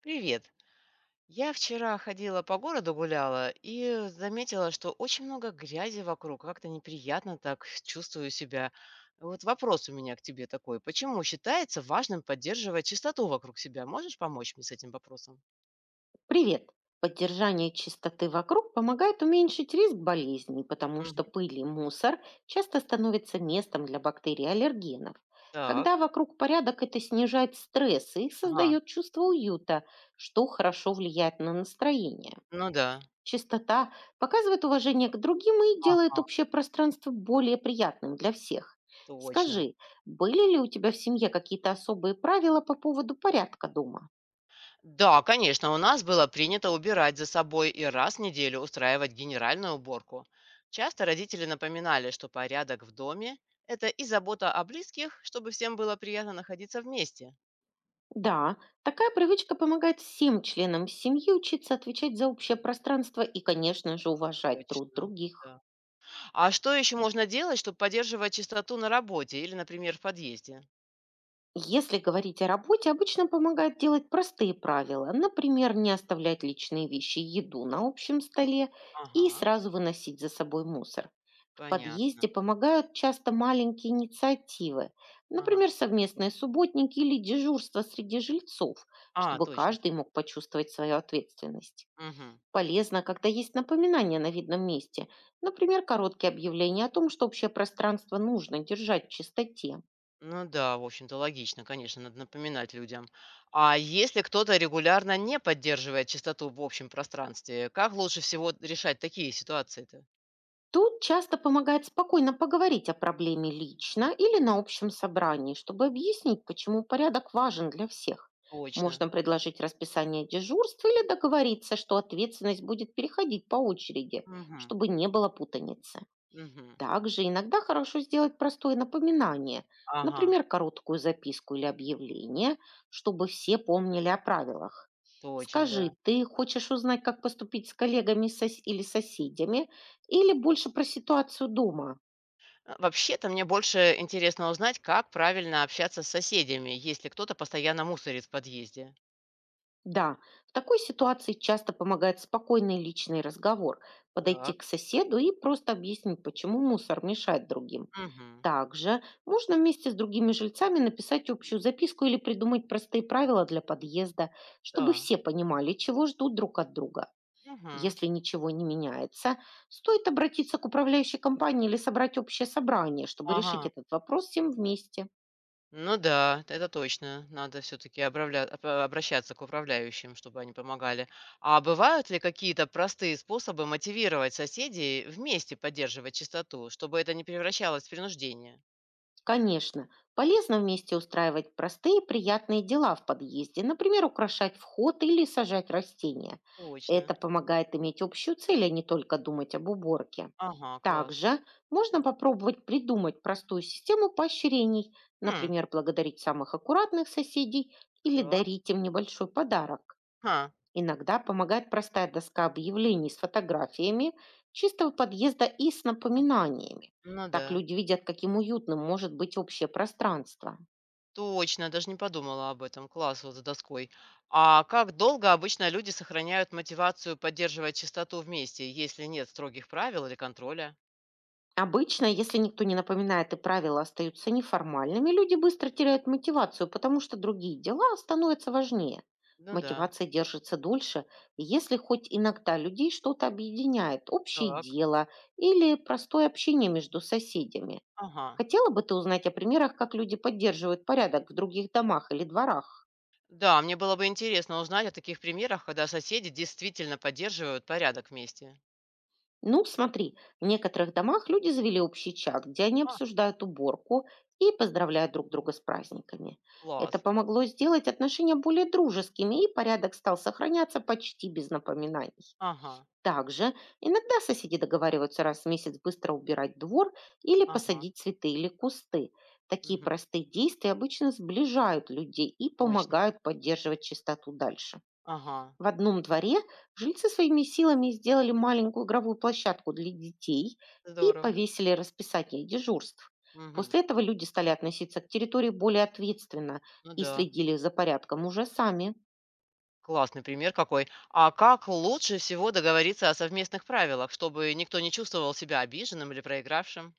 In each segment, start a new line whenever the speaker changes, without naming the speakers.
Привет. Я вчера ходила по городу гуляла и заметила, что очень много грязи вокруг. Как-то неприятно так чувствую себя. Вот вопрос у меня к тебе такой. Почему считается важным поддерживать чистоту вокруг себя? Можешь помочь мне с этим вопросом?
Привет! Поддержание чистоты вокруг помогает уменьшить риск болезней, потому что
Мгм.
пыль и мусор часто становятся местом для бактерий и аллергенов. Когда
Так.
вокруг порядок, это снижает стресс и
Ага.
создает чувство уюта, что хорошо влияет на настроение.
Ну да.
Чистота показывает уважение к другим и делает
Ага.
общее пространство более приятным для всех.
Точно.
Скажи, были ли у тебя в семье какие-то особые правила по поводу порядка дома?
Да, конечно, у нас было принято убирать за собой и раз в неделю устраивать генеральную уборку. Часто родители напоминали, что порядок в доме– это и забота о близких, чтобы всем было приятно находиться вместе.
Да, такая привычка помогает всем членам семьи учиться отвечать за общее пространство и, конечно же, уважать труд
Точно,
других.
да. А что еще можно делать, чтобы поддерживать чистоту на работе или, например, в подъезде?
Если говорить о работе, обычно помогает делать простые правила. Например, не оставлять личные вещи и еду на общем столе и
Ага,
сразу выносить за собой мусор. В
понятно.
подъезде помогают часто маленькие инициативы,
Ага.
например, совместные субботники или дежурство среди жильцов,
А,
чтобы
точно.
каждый мог почувствовать свою ответственность.
Мгм.
Полезно, когда есть напоминания на видном месте, например, короткие объявления о том, что общее пространство нужно держать в чистоте.
Ну да, в общем-то, логично, конечно, надо напоминать людям. А если кто-то регулярно не поддерживает чистоту в общем пространстве, как лучше всего решать такие ситуации-то?
Тут часто помогает спокойно поговорить о проблеме лично или на общем собрании, чтобы объяснить, почему порядок важен для всех.
Точно.
Можно предложить расписание дежурств или договориться, что ответственность будет переходить по очереди,
Мгм.
чтобы не было путаницы.
Мгм.
Также иногда хорошо сделать простое напоминание,
Ага,
например, короткую записку или объявление, чтобы все помнили о правилах.
точно,
Скажи,
да.
ты хочешь узнать, как поступить с коллегами или соседями, или больше про ситуацию дома?
А, вообще-то мне больше интересно узнать, как правильно общаться с соседями, если кто-то постоянно мусорит в подъезде.
Да, в такой ситуации часто помогает спокойный личный разговор, подойти
Так.
к соседу и просто объяснить, почему мусор мешает другим.
Мгм.
Также можно вместе с другими жильцами написать общую записку или придумать простые правила для подъезда, чтобы
Да.
все понимали, чего ждут друг от друга.
Мгм.
Если ничего не меняется, стоит обратиться к управляющей компании или собрать общее собрание, чтобы решить
Ага.
этот вопрос всем вместе.
Ну да, это точно. Надо все-таки обращаться к управляющим, чтобы они помогали. А бывают ли какие-то простые способы мотивировать соседей вместе поддерживать чистоту, чтобы это не превращалось в принуждение?
Конечно, полезно вместе устраивать простые и приятные дела в подъезде, например,
А,
украшать вход или сажать растения. Это
точно.
помогает иметь общую цель, а не только думать об уборке.
Ага, класс.
Также можно попробовать придумать простую систему поощрений,
Хм,
например, благодарить самых аккуратных соседей или
так.
дарить им небольшой подарок.
Ха.
Иногда помогает простая доска объявлений с фотографиями чистого подъезда и с
А,
напоминаниями.
ну да.
Так люди видят, каким уютным может быть общее пространство.
Точно, даже не подумала об этом. Класс вот за доской. А как долго обычно люди сохраняют мотивацию поддерживать чистоту вместе, если нет строгих правил или контроля?
Обычно, если никто не напоминает и правила остаются неформальными, люди быстро теряют мотивацию, потому что другие дела становятся важнее.
Ну да.
Мотивация держится дольше, если хоть иногда людей что-то объединяет, общее
Так.
дело или простое общение между соседями.
Ага.
Хотела бы ты узнать о примерах, как люди поддерживают порядок в других домах или дворах?
Да, мне было бы интересно узнать о таких примерах, когда соседи действительно поддерживают порядок вместе.
Ну, смотри, в некоторых домах люди завели общий чат, где они
А,
обсуждают уборку и поздравляют друг друга с праздниками. Это
класс.
помогло сделать отношения более дружескими, и порядок стал сохраняться почти без напоминаний.
Ага,
Также иногда соседи договариваются раз в месяц быстро убирать двор или
ага,
посадить цветы или кусты. Такие
мгм,
простые действия обычно сближают людей и
точно.
помогают поддерживать чистоту дальше.
Ага,
В одном дворе жильцы своими силами сделали маленькую игровую площадку для детей и
здорово.
повесили расписание дежурств.
Мгм.
После этого люди стали относиться к территории более ответственно
Ну
и
да,
следили за порядком уже сами.
классный пример какой. А как лучше всего договориться о совместных правилах, чтобы никто не чувствовал себя обиженным или проигравшим?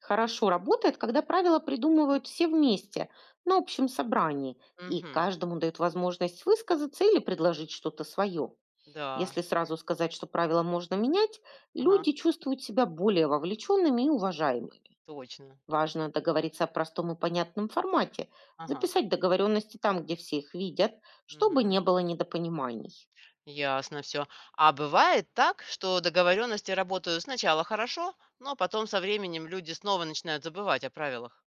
Хорошо работает, когда правила придумывают все вместе, на общем собрании, и
Угу.
каждому дают возможность высказаться или предложить что-то свое.
Да,
Если сразу сказать, что правила можно менять,
ага,
люди чувствуют себя более вовлеченными и уважаемыми.
точно.
Важно договориться о простом и понятном формате,
Ага.
записать договоренности там, где все их видят, чтобы
Мгм.
не было недопониманий.
Ясно все. А бывает так, что договоренности работают сначала хорошо, но потом со временем люди снова начинают забывать о правилах.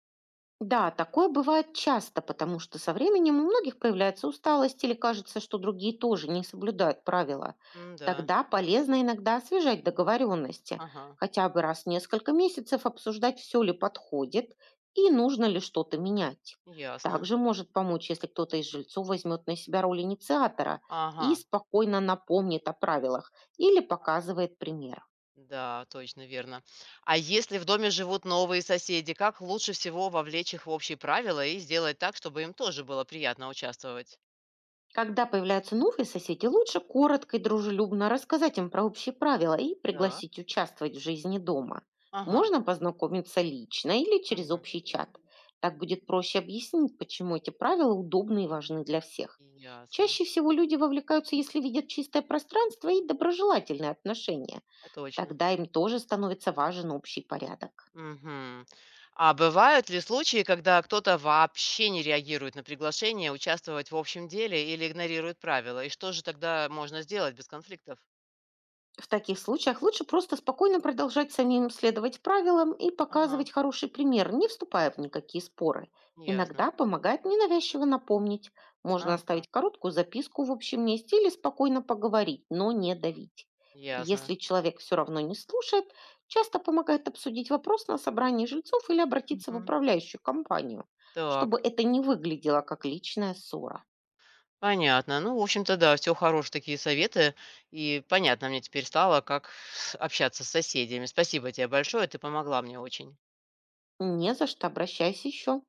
Да, такое бывает часто, потому что со временем у многих появляется усталость или кажется, что другие тоже не соблюдают правила.
Да,
Тогда полезно иногда освежать договоренности,
ага,
хотя бы раз в несколько месяцев обсуждать, все ли подходит и нужно ли что-то менять.
ясно.
Также может помочь, если кто-то из жильцов возьмет на себя роль инициатора
Ага,
и спокойно напомнит о правилах или показывает пример.
да, точно, верно. А если в доме живут новые соседи, как лучше всего вовлечь их в общие правила и сделать так, чтобы им тоже было приятно участвовать?
Когда появляются новые соседи, лучше коротко и дружелюбно рассказать им про общие правила и
Так,
пригласить участвовать в жизни дома.
ага,
Можно познакомиться лично или через
мгм,
общий чат. Так будет проще объяснить, почему эти правила удобны и важны для всех.
ясно.
Чаще всего люди вовлекаются, если видят чистое пространство и доброжелательные отношения.
Это точно.
Тогда им тоже становится важен общий порядок.
Мгм. А бывают ли случаи, когда кто-то вообще не реагирует на приглашение участвовать в общем деле или игнорирует правила? И что же тогда можно сделать без конфликтов?
В таких случаях лучше просто спокойно продолжать самим следовать правилам и
Ага,
показывать хороший пример, не вступая в никакие споры.
ясно.
Иногда помогает ненавязчиво напомнить. Можно
Ага,
оставить короткую записку в общем месте или спокойно поговорить, но не давить. Если
ясно.
человек все равно не слушает, часто помогает обсудить вопрос на собрании жильцов или обратиться в
Мгм.
управляющую компанию, чтобы
Так,
это не выглядело как личная ссора.
понятно. Ну, в общем-то, да, все хорошие такие советы. И понятно мне теперь стало, как общаться с соседями. Спасибо тебе большое, ты помогла мне очень.
Не за что, обращайся еще.